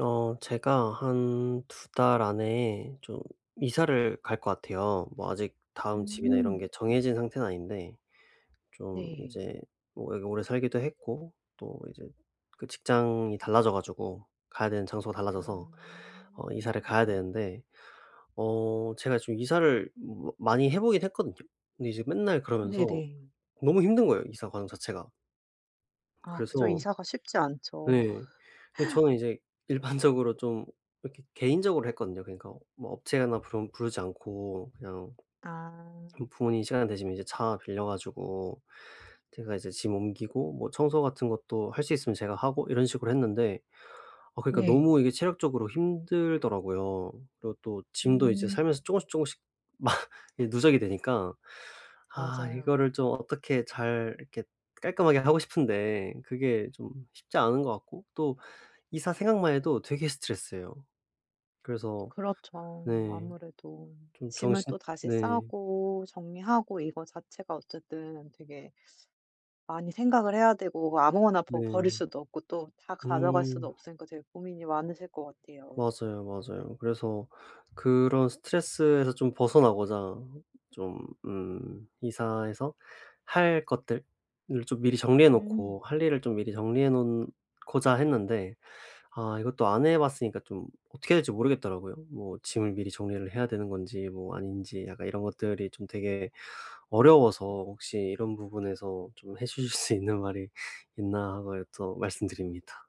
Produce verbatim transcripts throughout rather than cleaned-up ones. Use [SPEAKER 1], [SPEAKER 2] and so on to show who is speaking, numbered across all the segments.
[SPEAKER 1] 어 제가 한 두 달 안에 좀 이사를 갈 것 같아요. 뭐 아직 다음 집이나 이런
[SPEAKER 2] 음.
[SPEAKER 1] 게 정해진 상태는 아닌데 좀
[SPEAKER 2] 네.
[SPEAKER 1] 이제 뭐 여기 오래 살기도 했고 또 이제 그 직장이 달라져 가지고 가야 되는 장소가
[SPEAKER 2] 아.
[SPEAKER 1] 달라져서 어 이사를 가야 되는데 어 제가 좀 이사를 뭐 많이 해 보긴 했거든요. 근데 이제 맨날 그러면서
[SPEAKER 2] 네네.
[SPEAKER 1] 너무 힘든 거예요, 이사 과정 자체가.
[SPEAKER 2] 아 그죠.
[SPEAKER 1] 그래서
[SPEAKER 2] 이사가 쉽지 않죠.
[SPEAKER 1] 네. 근데 저는 이제 일반적으로 좀 이렇게 개인적으로 했거든요. 그러니까 뭐 업체나 부르 부르지 않고 그냥
[SPEAKER 2] 아.
[SPEAKER 1] 부모님 시간 되시면 이제 차 빌려 가지고 제가 이제 짐 옮기고 뭐 청소 같은 것도 할 수 있으면 제가 하고 이런 식으로 했는데 아 그러니까
[SPEAKER 2] 네.
[SPEAKER 1] 너무 이게 체력적으로 힘들더라고요. 그리고 또 짐도 이제
[SPEAKER 2] 음.
[SPEAKER 1] 살면서 조금씩 조금씩 막 이게 누적이 되니까 아
[SPEAKER 2] 맞아요.
[SPEAKER 1] 이거를 좀 어떻게 잘 이렇게 깔끔하게 하고 싶은데 그게 좀 쉽지 않은 것 같고 또 이사 생각만 해도 되게 스트레스예요. 그래서
[SPEAKER 2] 그렇죠.
[SPEAKER 1] 네.
[SPEAKER 2] 아무래도
[SPEAKER 1] 좀
[SPEAKER 2] 짐을
[SPEAKER 1] 정신
[SPEAKER 2] 또 다시
[SPEAKER 1] 네.
[SPEAKER 2] 싸고 정리하고 이거 자체가 어쨌든 되게 많이 생각을 해야 되고 아무거나 버 버릴
[SPEAKER 1] 네.
[SPEAKER 2] 수도 없고 또 다 가져갈 수도
[SPEAKER 1] 음.
[SPEAKER 2] 없으니까 되게 고민이 많으실 것 같아요.
[SPEAKER 1] 맞아요, 맞아요. 그래서 그런 스트레스에서 좀 벗어나고자 좀 음 이사해서 할 것들을 좀 미리 정리해 놓고
[SPEAKER 2] 음.
[SPEAKER 1] 할 일을 좀 미리 정리해 놓고자 했는데 아 이것도 안 해 봤으니까 좀 어떻게 해야 될지 모르겠더라고요. 뭐 짐을 미리 정리를 해야 되는 건지 뭐 아닌지 약간 이런 것들이 좀 되게 어려워서 혹시 이런 부분에서 좀 해 주실 수 있는 말이 있나 하고 또 말씀드립니다.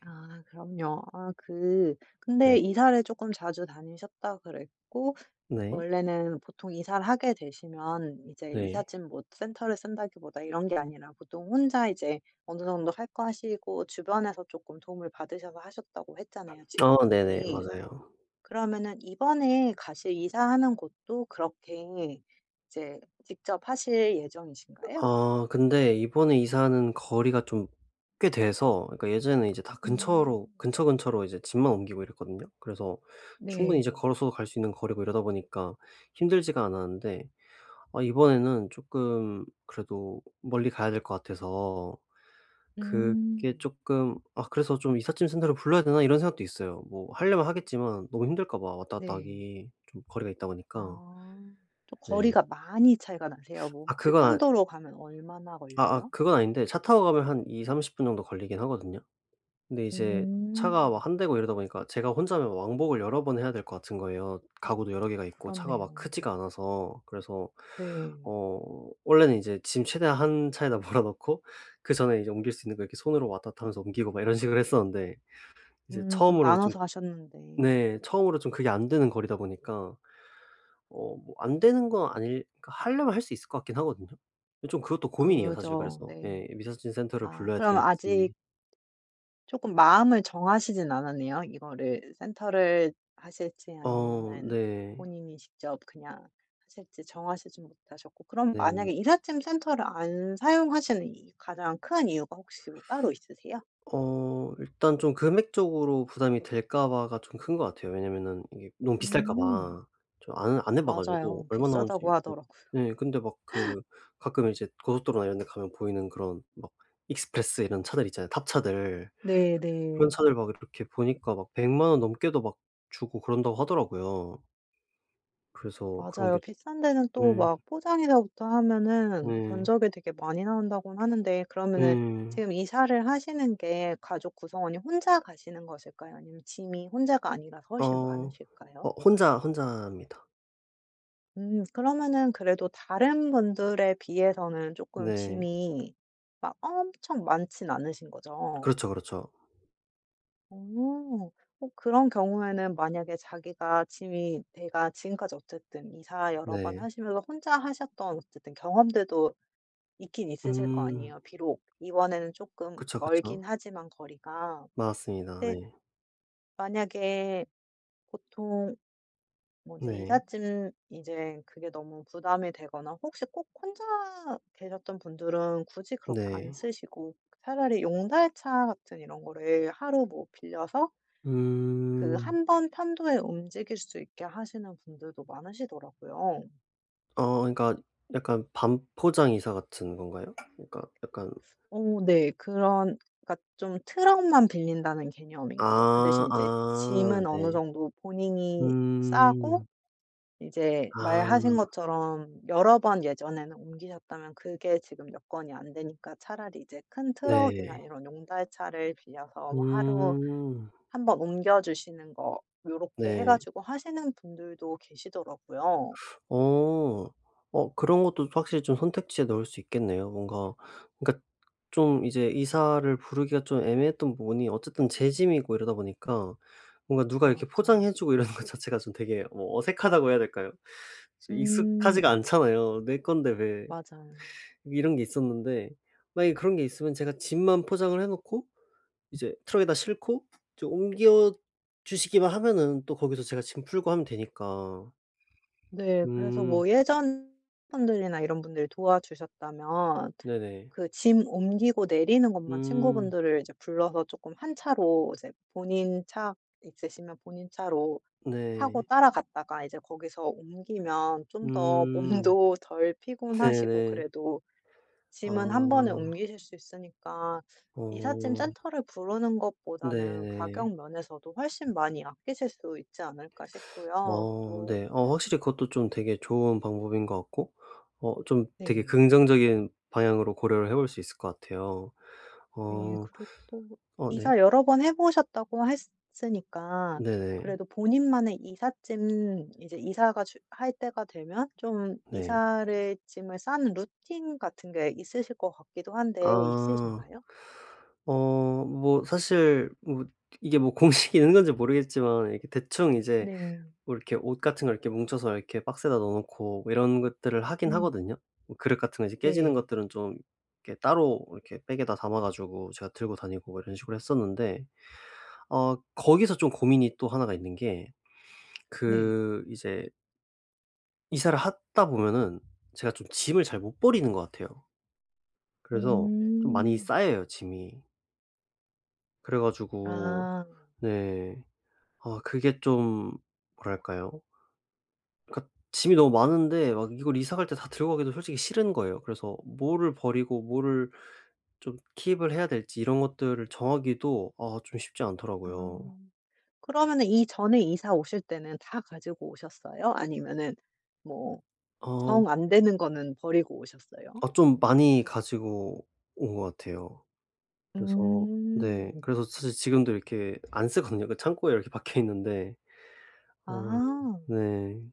[SPEAKER 2] 아 그럼요. 아 그 근데
[SPEAKER 1] 네.
[SPEAKER 2] 이사를 조금 자주 다니셨다 그랬고
[SPEAKER 1] 네.
[SPEAKER 2] 원래는 보통 이사를 하게 되시면 이제
[SPEAKER 1] 네.
[SPEAKER 2] 이삿짐 뭐 센터를 쓴다기보다 이런 게 아니라 보통 혼자 이제 어느 정도 할 거 하시고 주변에서 조금 도움을 받으셔서 하셨다고 했잖아요,
[SPEAKER 1] 아 네네.
[SPEAKER 2] 지금까지.
[SPEAKER 1] 맞아요.
[SPEAKER 2] 그러면은 이번에 가실 이사하는 곳도 그렇게 이제 직접 하실 예정이신가요?
[SPEAKER 1] 아 근데 이번에 이사하는 거리가 좀 꽤 돼서 그러니까 예전에는 이제 다 근처로
[SPEAKER 2] 음.
[SPEAKER 1] 근처, 근처로 이제 짐만 옮기고 이랬거든요. 그래서 충분히 이제
[SPEAKER 2] 네.
[SPEAKER 1] 걸어서도 갈 수 있는 거리고 이러다 보니까 힘들지가 않았는데 어 이번에는 조금 그래도 멀리 가야 될 것 같아서 그게
[SPEAKER 2] 음.
[SPEAKER 1] 조금 아 그래서 좀 '이삿짐 센터를 불러야 되나?' 이런 생각도 있어요. 뭐 하려면 하겠지만 너무 힘들까 봐 왔다 갔다
[SPEAKER 2] 네.
[SPEAKER 1] 하기 좀 거리가 있다 보니까.
[SPEAKER 2] 아. 좀
[SPEAKER 1] 네.
[SPEAKER 2] 거리가 많이 차이가 나세요? 뭐
[SPEAKER 1] 아
[SPEAKER 2] 혹시
[SPEAKER 1] 그건
[SPEAKER 2] 편도로 가면 얼마나
[SPEAKER 1] 아 아아
[SPEAKER 2] 걸려요?
[SPEAKER 1] 그건 아닌데 차 타고 가면 한 이삼십 분 정도 걸리긴 하거든요. 근데 이제 차가
[SPEAKER 2] 음.
[SPEAKER 1] 막 한 대고 이러다 보니까 제가 혼자면 왕복을 여러 번 해야 될 것 같은 거예요. 가구도 여러 개가 있고 차가
[SPEAKER 2] 그렇네요.
[SPEAKER 1] 막 크지가 않아서. 그래서
[SPEAKER 2] 네.
[SPEAKER 1] 어 원래는 이제 짐 최대한 한 차에다 몰아 넣고 그전에 이제 옮길 수 있는 거 이렇게 손으로 왔다 갔다 하면서 옮기고 막 이런 식으로 했었는데 이제
[SPEAKER 2] 음 좀
[SPEAKER 1] 처음으로 좀
[SPEAKER 2] 나눠서 하셨는데.
[SPEAKER 1] 네 처음으로 좀 그게 안 되는 거리다 보니까 어 뭐 안 되는 건 아닐 그러니까 하려면 할 수 있을 것 같긴 하거든요. 좀 그것도 고민이에요 사실
[SPEAKER 2] 그죠.
[SPEAKER 1] 그래서.
[SPEAKER 2] 네.
[SPEAKER 1] 예 미사진 센터를
[SPEAKER 2] 아
[SPEAKER 1] 불러야
[SPEAKER 2] 그럼 아직
[SPEAKER 1] 될지.
[SPEAKER 2] 조금 마음을 정하시진 않았네요. 이거를 센터를 하실지
[SPEAKER 1] 어
[SPEAKER 2] 아니면은
[SPEAKER 1] 네.
[SPEAKER 2] 본인이 직접 그냥 하실지 정하시진 못하셨고 그럼
[SPEAKER 1] 네.
[SPEAKER 2] 만약에 이삿짐 센터를 안 사용하시는 이 가장 큰 이유가 혹시 뭐 따로 있으세요?
[SPEAKER 1] 어 일단 좀 금액적으로 부담이 될까 봐가 좀 큰 것 같아요. 왜냐면은 이게 너무 비쌀까 음.
[SPEAKER 2] 음.
[SPEAKER 1] 봐. 저 안 안 해봐 가지고
[SPEAKER 2] 맞아요.
[SPEAKER 1] 얼마
[SPEAKER 2] 비싸다고
[SPEAKER 1] 나오는지 막
[SPEAKER 2] 하더라고요.
[SPEAKER 1] 예 근데 막 그 가끔 이제 고속도로나 이런 데 가면 보이는 그런 막 익스프레스 이런 차들 있잖아요, 탑차들. 그런
[SPEAKER 2] 네네.
[SPEAKER 1] 차들 막 이렇게 보니까 막 백 원 넘게도 막 주고 그런다고 하더라고요. 그래서 그런
[SPEAKER 2] 맞아요.
[SPEAKER 1] 게
[SPEAKER 2] 비싼 데는 또
[SPEAKER 1] 예
[SPEAKER 2] 막 포장해서부터 하면은
[SPEAKER 1] 네.
[SPEAKER 2] 견적이 되게 많이 나온다고는 하는데
[SPEAKER 1] 예.
[SPEAKER 2] 그러면은 지금 이사를 하시는 게 가족 구성원이 혼자 가시는 것일까요? 아니면 짐이 혼자가 아니라서 훨씬
[SPEAKER 1] 어. 어
[SPEAKER 2] 많으실까요?
[SPEAKER 1] 혼자 혼자입니다.
[SPEAKER 2] 음 그러면은 그래도 다른 분들에 비해서는 조금
[SPEAKER 1] 네.
[SPEAKER 2] 짐이 막 엄청 많진 않으신 거죠?
[SPEAKER 1] 그렇죠, 그렇죠.
[SPEAKER 2] 오. 어 그런 경우에는 만약에 자기가 짐이 내가 지금까지 어쨌든 이사 여러 번
[SPEAKER 1] 네.
[SPEAKER 2] 하시면서 혼자 하셨던 어쨌든 경험들도 있긴 있으실 거
[SPEAKER 1] 음.
[SPEAKER 2] 아니에요. 비록 이번에는 조금
[SPEAKER 1] 그쵸, 그쵸.
[SPEAKER 2] 멀긴 하지만 거리가.
[SPEAKER 1] 맞습니다.
[SPEAKER 2] 근데
[SPEAKER 1] 네.
[SPEAKER 2] 만약에 보통 뭐 이제
[SPEAKER 1] 네.
[SPEAKER 2] 이삿짐 이제 그게 너무 부담이 되거나 혹시 꼭 혼자 계셨던 분들은 굳이 그렇게 안
[SPEAKER 1] 네.
[SPEAKER 2] 쓰시고 차라리 용달차 같은 이런 거를 하루 뭐 빌려서 그
[SPEAKER 1] 음.
[SPEAKER 2] 한 번 편도에 움직일 수 있게 하시는 분들도 많으시더라고요.
[SPEAKER 1] 어 그러니까 약간 반포장 이사 같은 건가요? 그러니까 약간
[SPEAKER 2] 어 네. 그런 그러니까 좀 트럭만 빌린다는 개념인
[SPEAKER 1] 아
[SPEAKER 2] 거죠. 그 대신 이제
[SPEAKER 1] 아
[SPEAKER 2] 짐은 어느
[SPEAKER 1] 네.
[SPEAKER 2] 정도 본인이 싸고
[SPEAKER 1] 음.
[SPEAKER 2] 이제 말하신
[SPEAKER 1] 아
[SPEAKER 2] 것처럼 여러 번 예전에는 옮기셨다면 그게 지금 여건이 안 되니까 차라리 이제 큰 트럭이나
[SPEAKER 1] 네.
[SPEAKER 2] 이런 용달차를 빌려서 뭐 하루
[SPEAKER 1] 음.
[SPEAKER 2] 한 번 옮겨 주시는 거 요렇게 해
[SPEAKER 1] 네.
[SPEAKER 2] 가지고 하시는 분들도 계시더라고요.
[SPEAKER 1] 어. 어 그런 것도 확실히 좀 선택지에 넣을 수 있겠네요. 뭔가 그러니까 좀 이제 이사를 부르기가 좀 애매했던 부분이 어쨌든 제 짐이고 이러다 보니까 뭔가 누가 이렇게 포장해
[SPEAKER 2] 맞아요.
[SPEAKER 1] 주고 이러는 것 자체가 좀 되게 뭐 어색하다고 해야 될까요? 좀
[SPEAKER 2] 음.
[SPEAKER 1] 익숙하지가 않잖아요. '내 건데 왜.'
[SPEAKER 2] 맞아요.
[SPEAKER 1] 이런 게 있었는데 만약에 그런 게 있으면 제가 짐만 포장을 해 놓고 이제 트럭에다 싣고 이제 옮겨 주시기만 하면은 또 거기서 제가 짐 풀고 하면 되니까.
[SPEAKER 2] 네. 그래서
[SPEAKER 1] 음.
[SPEAKER 2] 뭐 예전 분들이나 이런 분들이 도와주셨다면
[SPEAKER 1] 네네.
[SPEAKER 2] 그 짐 옮기고 내리는 것만
[SPEAKER 1] 음.
[SPEAKER 2] 친구분들을 이제 불러서 조금 한 차로 이제 본인 차 있으시면 본인 차로 타고
[SPEAKER 1] 네.
[SPEAKER 2] 따라갔다가 이제 거기서 옮기면 좀 더
[SPEAKER 1] 음.
[SPEAKER 2] 몸도 덜 피곤하시고
[SPEAKER 1] 네네.
[SPEAKER 2] 그래도 짐은 한 번에
[SPEAKER 1] 아.
[SPEAKER 2] 옮기실 수 있으니까 이삿짐
[SPEAKER 1] 어.
[SPEAKER 2] 센터를 부르는 것보다는
[SPEAKER 1] 네네.
[SPEAKER 2] 가격 면에서도 훨씬 많이 아끼실 수 있지 않을까 싶고요.
[SPEAKER 1] 어
[SPEAKER 2] 또
[SPEAKER 1] 네. 어 확실히 그것도 좀 되게 좋은 방법인 것 같고 어 좀 되게
[SPEAKER 2] 네.
[SPEAKER 1] 긍정적인 방향으로 고려를 해볼 수 있을 것 같아요.
[SPEAKER 2] 네.
[SPEAKER 1] 어.
[SPEAKER 2] 그리고 또
[SPEAKER 1] 어 네.
[SPEAKER 2] 이사 여러 번 해 보셨다고 했으니까
[SPEAKER 1] 네네.
[SPEAKER 2] 그래도 본인만의 이삿짐 이제 이사가 주 할 때가 되면 좀
[SPEAKER 1] 네.
[SPEAKER 2] 이사를 짐을 싸는 루틴 같은 게 있으실 것 같기도 한데
[SPEAKER 1] 아.
[SPEAKER 2] 있으신가요?
[SPEAKER 1] 어뭐 사실 뭐 이게 뭐 공식이 있는 건지 모르겠지만 이렇게 대충 이제
[SPEAKER 2] 네.
[SPEAKER 1] 뭐 이렇게 옷 같은 걸 이렇게 뭉쳐서 이렇게 박스에다 넣어 놓고 뭐 이런 것들을 하긴
[SPEAKER 2] 음.
[SPEAKER 1] 하거든요. 뭐 그릇 같은 거 이제 깨지는
[SPEAKER 2] 네.
[SPEAKER 1] 것들은 좀 이렇게 따로 이렇게 백에다 담아 가지고 제가 들고 다니고 뭐 이런 식으로 했었는데 어 거기서 좀 고민이 또 하나가 있는 게
[SPEAKER 2] 네.
[SPEAKER 1] 그 이제 이사를 하다 보면은 제가 좀 짐을 잘 못 버리는 것 같아요. 그래서 좀 많이
[SPEAKER 2] 음.
[SPEAKER 1] 쌓여요, 짐이. 그래 가지고
[SPEAKER 2] 아.
[SPEAKER 1] 네. 아 그게 좀 뭐랄까요? 그러니까 짐이 너무 많은데 막 이걸 이사 갈 때 다 들고 가기도 솔직히 싫은 거예요. 그래서 뭐를 버리고 뭐를 좀 킵을 해야 될지 이런 것들을 정하기도 아 좀 쉽지 않더라고요.
[SPEAKER 2] 아. 그러면은 이전에 이사 오실 때는 다 가지고 오셨어요? 아니면은 뭐
[SPEAKER 1] 어.
[SPEAKER 2] 정 안 되는 거는 버리고 오셨어요?
[SPEAKER 1] 아 좀 많이 가지고 온 것 같아요. 그래서 네.
[SPEAKER 2] 음.
[SPEAKER 1] 그래서 사실 지금도 이렇게 안 쓰거든요. 그 창고에 이렇게 박혀 있는데. 어
[SPEAKER 2] 아.
[SPEAKER 1] 네.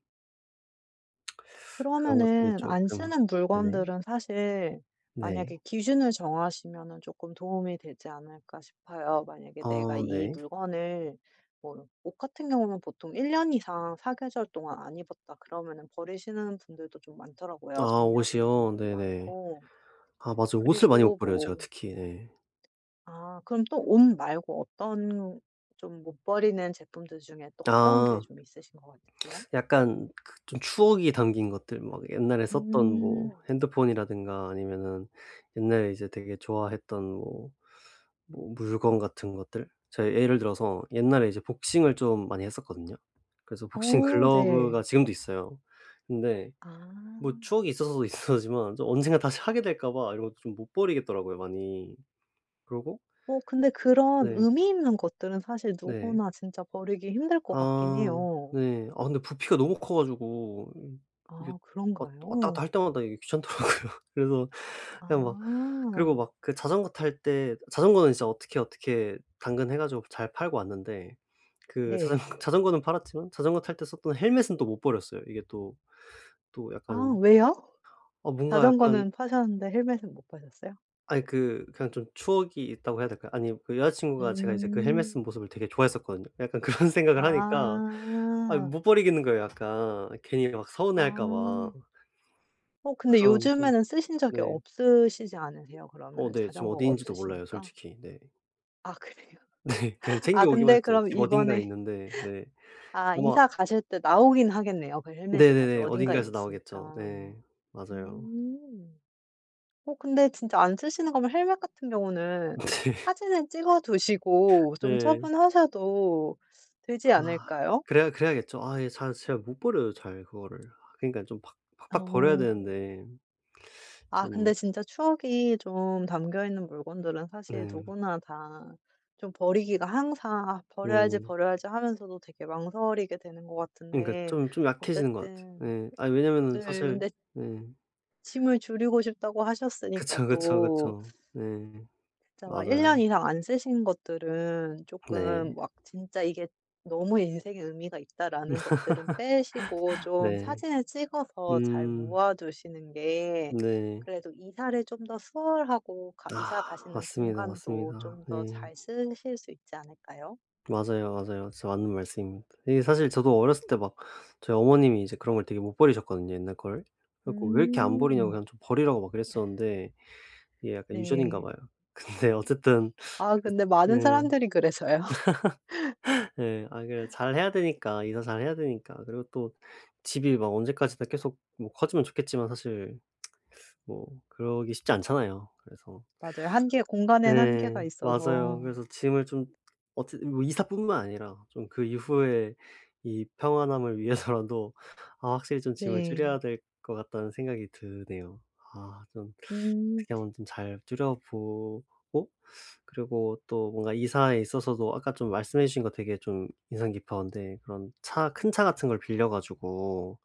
[SPEAKER 1] 그런 것들이
[SPEAKER 2] 그러면은 안
[SPEAKER 1] 쪼끔
[SPEAKER 2] 쓰는
[SPEAKER 1] 네네.
[SPEAKER 2] 물건들은 사실
[SPEAKER 1] 네.
[SPEAKER 2] 만약에 기준을 정하시면은 금 도움이 되지 않을까 싶어요. 만약에 내가
[SPEAKER 1] 아
[SPEAKER 2] 이
[SPEAKER 1] 네.
[SPEAKER 2] 물건을 뭐 옷 같은 경우는 보통 일 년 이상 사계절 동안 안 입었다 그러면은 버리시는 분들도 좀 많더라고요.
[SPEAKER 1] 아
[SPEAKER 2] 정리하시는
[SPEAKER 1] 옷이요?
[SPEAKER 2] 분들도
[SPEAKER 1] 네네.
[SPEAKER 2] 많고.
[SPEAKER 1] 아 맞아요. 옷을 많이 못
[SPEAKER 2] 그리고
[SPEAKER 1] 버려요 제가
[SPEAKER 2] 뭐
[SPEAKER 1] 특히. 예.
[SPEAKER 2] 아 그럼 또 옷 말고 어떤 좀 못 버리는 제품들 중에 또 어떤 게
[SPEAKER 1] 아.
[SPEAKER 2] 좀 있으신 것 같으세요?
[SPEAKER 1] 약간 그 좀 추억이 담긴 것들 막 옛날에 썼던
[SPEAKER 2] 음.
[SPEAKER 1] 뭐 핸드폰이라든가 아니면은 옛날에 이제 되게 좋아했던 뭐 뭐 물건 같은 것들. 제가 예를 들어서 옛날에 이제 복싱을 좀 많이 했었거든요. 그래서 복싱
[SPEAKER 2] 어 네.
[SPEAKER 1] 글러브가 지금도 있어요. 근데 뭐
[SPEAKER 2] 아.
[SPEAKER 1] 추억이 있어서도 있었지만 좀 언젠가 다시 하게 될까 봐 이런 것도 좀 못 버리겠더라고요 많이. 그러고
[SPEAKER 2] 어 근데 그런
[SPEAKER 1] 네.
[SPEAKER 2] 의미 있는 것들은 사실
[SPEAKER 1] 네.
[SPEAKER 2] 누구나 진짜 버리기 힘들 것 같긴
[SPEAKER 1] 아
[SPEAKER 2] 해요.
[SPEAKER 1] 네. 아 근데 부피가 너무 커 가지고 음 이게
[SPEAKER 2] 아
[SPEAKER 1] 왔 왔다 갔다
[SPEAKER 2] 그런가요?
[SPEAKER 1] 할 때마다 이게 귀찮더라고요. 그래서
[SPEAKER 2] 아
[SPEAKER 1] 그냥 막 그리고 막 그 자전거 탈 때 자전거는 진짜 어떻게, 어떻게 당근해 가지고 잘 팔고 왔는데 그
[SPEAKER 2] 네.
[SPEAKER 1] 자전거 자전거는 팔았지만 자전거 탈 때 썼던 헬멧은 또 못 버렸어요. 이게 또 또
[SPEAKER 2] 아
[SPEAKER 1] 약간
[SPEAKER 2] 왜요?
[SPEAKER 1] 아 뭔가 약간
[SPEAKER 2] 자전거는 파셨는데 헬멧은 못 파셨어요?
[SPEAKER 1] 아니 그 그냥 좀 추억이 있다고 해야 될까요? 아니 그 여자 친구가 제가 이제 그 헬멧 쓴
[SPEAKER 2] 음.
[SPEAKER 1] 모습을 되게 좋아했었거든요. 약간 그런 생각을 하니까 아
[SPEAKER 2] 아.
[SPEAKER 1] 못 버리겠는 거예요 약간. 괜히 막
[SPEAKER 2] 아.
[SPEAKER 1] 서운해할까 봐.
[SPEAKER 2] 어 근데
[SPEAKER 1] 그런 좀
[SPEAKER 2] 요즘에는 쓰신 적이
[SPEAKER 1] 네.
[SPEAKER 2] 없으시지 않으세요?
[SPEAKER 1] 어
[SPEAKER 2] 그러면은
[SPEAKER 1] 네. 지금
[SPEAKER 2] 자전거가
[SPEAKER 1] 어디인지도 몰라요
[SPEAKER 2] 없으시니까?
[SPEAKER 1] 솔직히. 네.
[SPEAKER 2] 아 그래요?
[SPEAKER 1] 네. 그냥
[SPEAKER 2] 아
[SPEAKER 1] 챙겨 오기만
[SPEAKER 2] 근데
[SPEAKER 1] 했어요.
[SPEAKER 2] 그럼
[SPEAKER 1] 집 어딘가에
[SPEAKER 2] 이번에
[SPEAKER 1] 있는데 네.
[SPEAKER 2] 아
[SPEAKER 1] 아마
[SPEAKER 2] 이사 가실 때 나오긴 하겠네요. 그 헬멧이 다시
[SPEAKER 1] 네네네.
[SPEAKER 2] 어딘가에
[SPEAKER 1] 어딘가에서 나오겠죠.
[SPEAKER 2] 있으니까.
[SPEAKER 1] 네. 맞아요.
[SPEAKER 2] 음. 어 근데 진짜 안 쓰시는 거면 헬멧 같은 경우는
[SPEAKER 1] 네.
[SPEAKER 2] 사진을 찍어 두시고 좀
[SPEAKER 1] 네.
[SPEAKER 2] 처분하셔도 되지
[SPEAKER 1] 아.
[SPEAKER 2] 않을까요?
[SPEAKER 1] 그래야 그래야겠죠. 아 예 잘 제가 못 버려요 잘 그거를. 그러니까 좀 팍 팍팍 버려야
[SPEAKER 2] 어.
[SPEAKER 1] 되는데
[SPEAKER 2] 아
[SPEAKER 1] 좀
[SPEAKER 2] 근데 진짜 추억이 좀 담겨 있는 물건들은 사실
[SPEAKER 1] 네.
[SPEAKER 2] 누구나 다 좀 버리기가 항상 '아 버려야지,
[SPEAKER 1] 네.
[SPEAKER 2] 버려야지.' 하면서도 되게 망설이게 되는 것
[SPEAKER 1] 그러니까
[SPEAKER 2] 같은데
[SPEAKER 1] 좀 좀 약해지는 것
[SPEAKER 2] 어쨌든
[SPEAKER 1] 같아요. 네. 아니 왜냐면은
[SPEAKER 2] 네
[SPEAKER 1] 사실
[SPEAKER 2] 근데
[SPEAKER 1] 네.
[SPEAKER 2] 짐을 줄이고 싶다고 하셨으니까
[SPEAKER 1] 그쵸, 그쵸,
[SPEAKER 2] 또
[SPEAKER 1] 그쵸. 네.
[SPEAKER 2] 진짜 막 일 년
[SPEAKER 1] 맞아요.
[SPEAKER 2] 이상 안 쓰신 것들은 조금
[SPEAKER 1] 네.
[SPEAKER 2] 막 진짜 이게 '너무 인생에 의미가 있다.'라는 것들은 빼시고 좀
[SPEAKER 1] 네.
[SPEAKER 2] 사진을 찍어서 잘
[SPEAKER 1] 음.
[SPEAKER 2] 모아 두시는 게
[SPEAKER 1] 네.
[SPEAKER 2] 그래도 이사를 좀 더 수월하고 가 이사
[SPEAKER 1] 아
[SPEAKER 2] 가시는
[SPEAKER 1] 맞습니다,
[SPEAKER 2] 공간도
[SPEAKER 1] 맞습니다.
[SPEAKER 2] 좀 더
[SPEAKER 1] 네.
[SPEAKER 2] 잘 쓰실 수 있지 않을까요?
[SPEAKER 1] 맞아요, 맞아요. 진짜 맞는 말씀입니다. 이게 사실 저도 어렸을 때 막 저희 어머님이 이제 그런 걸 되게 못 버리셨거든요, 옛날 걸. 그래 갖고 "왜 이렇게 안 버리냐."고
[SPEAKER 2] 음.
[SPEAKER 1] 그냥 좀 버리라고 막 그랬었는데 이게 약간 유전인가
[SPEAKER 2] 네.
[SPEAKER 1] 봐요. 근데 어쨌든
[SPEAKER 2] 아 근데
[SPEAKER 1] 네.
[SPEAKER 2] 많은 사람들이 그래서요.
[SPEAKER 1] 예. 아 그래 잘해야 되니까, 이사 잘해야 되니까. 그리고 또 집이 막 언제까지나 계속 뭐 커지면 좋겠지만 사실 뭐 그러기 쉽지 않잖아요. 그래서
[SPEAKER 2] 맞아요. 한계 공간엔 한계가
[SPEAKER 1] 네, 맞아요.
[SPEAKER 2] 있어서.
[SPEAKER 1] 그래서 짐을 좀 어찌 뭐 이사뿐만 아니라 좀 그 이후에 이 평안함을 위해서라도 아 확실히 좀 짐을
[SPEAKER 2] 네.
[SPEAKER 1] 줄여야 될 것 같다는 생각이 드네요. 아 좀
[SPEAKER 2] 음.
[SPEAKER 1] 어떻게 하면 좀 잘 줄여 보고 그리고 또 뭔가 이사에 있어서도 아까 좀 말씀해 주신 거 되게 좀 인상 깊었는데 그런 차 큰 차 같은 걸 빌려 가지고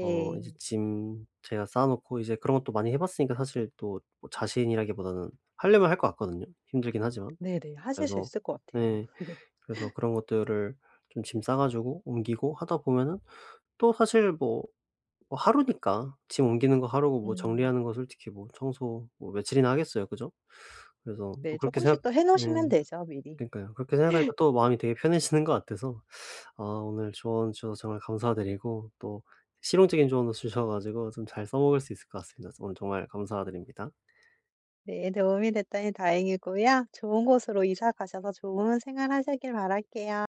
[SPEAKER 1] 어 이제 짐 제가 쌓아 놓고 이제 그런 것도 많이 해 봤으니까 사실 또 뭐 자신이라기보다는 하려면 할 것 같거든요, 힘들긴 하지만.
[SPEAKER 2] 네네. 하실 수
[SPEAKER 1] 그래서
[SPEAKER 2] 있을 것 같아요.
[SPEAKER 1] 네. 그래서 그런 것들을 좀 짐 싸 가지고 옮기고 하다 보면은 또 사실 뭐 뭐 하루니까 짐 옮기는 거 하루고 뭐
[SPEAKER 2] 음.
[SPEAKER 1] 정리하는 거 솔직히 뭐 청소 뭐 며칠이나 하겠어요. 그죠? 그래서
[SPEAKER 2] 네.
[SPEAKER 1] 또
[SPEAKER 2] 조
[SPEAKER 1] 그렇게
[SPEAKER 2] 금씩
[SPEAKER 1] 생각
[SPEAKER 2] 또 해
[SPEAKER 1] 네.
[SPEAKER 2] 놓으시면 되죠 미리.
[SPEAKER 1] 그니까요. 그렇게 생각하니까 또 마음이 되게 편해지는 것 같아서 아 오늘 조언 주셔서 정말 감사드리고 또 실용적인 조언도 주셔 가지고 좀 잘 써먹을 수 있을 것 같습니다. 오늘 정말 감사드립니다.
[SPEAKER 2] 네. 도움이 됐다니 다행이고요. 좋은 곳으로 이사 가셔서 좋은 생활하시길 바랄게요.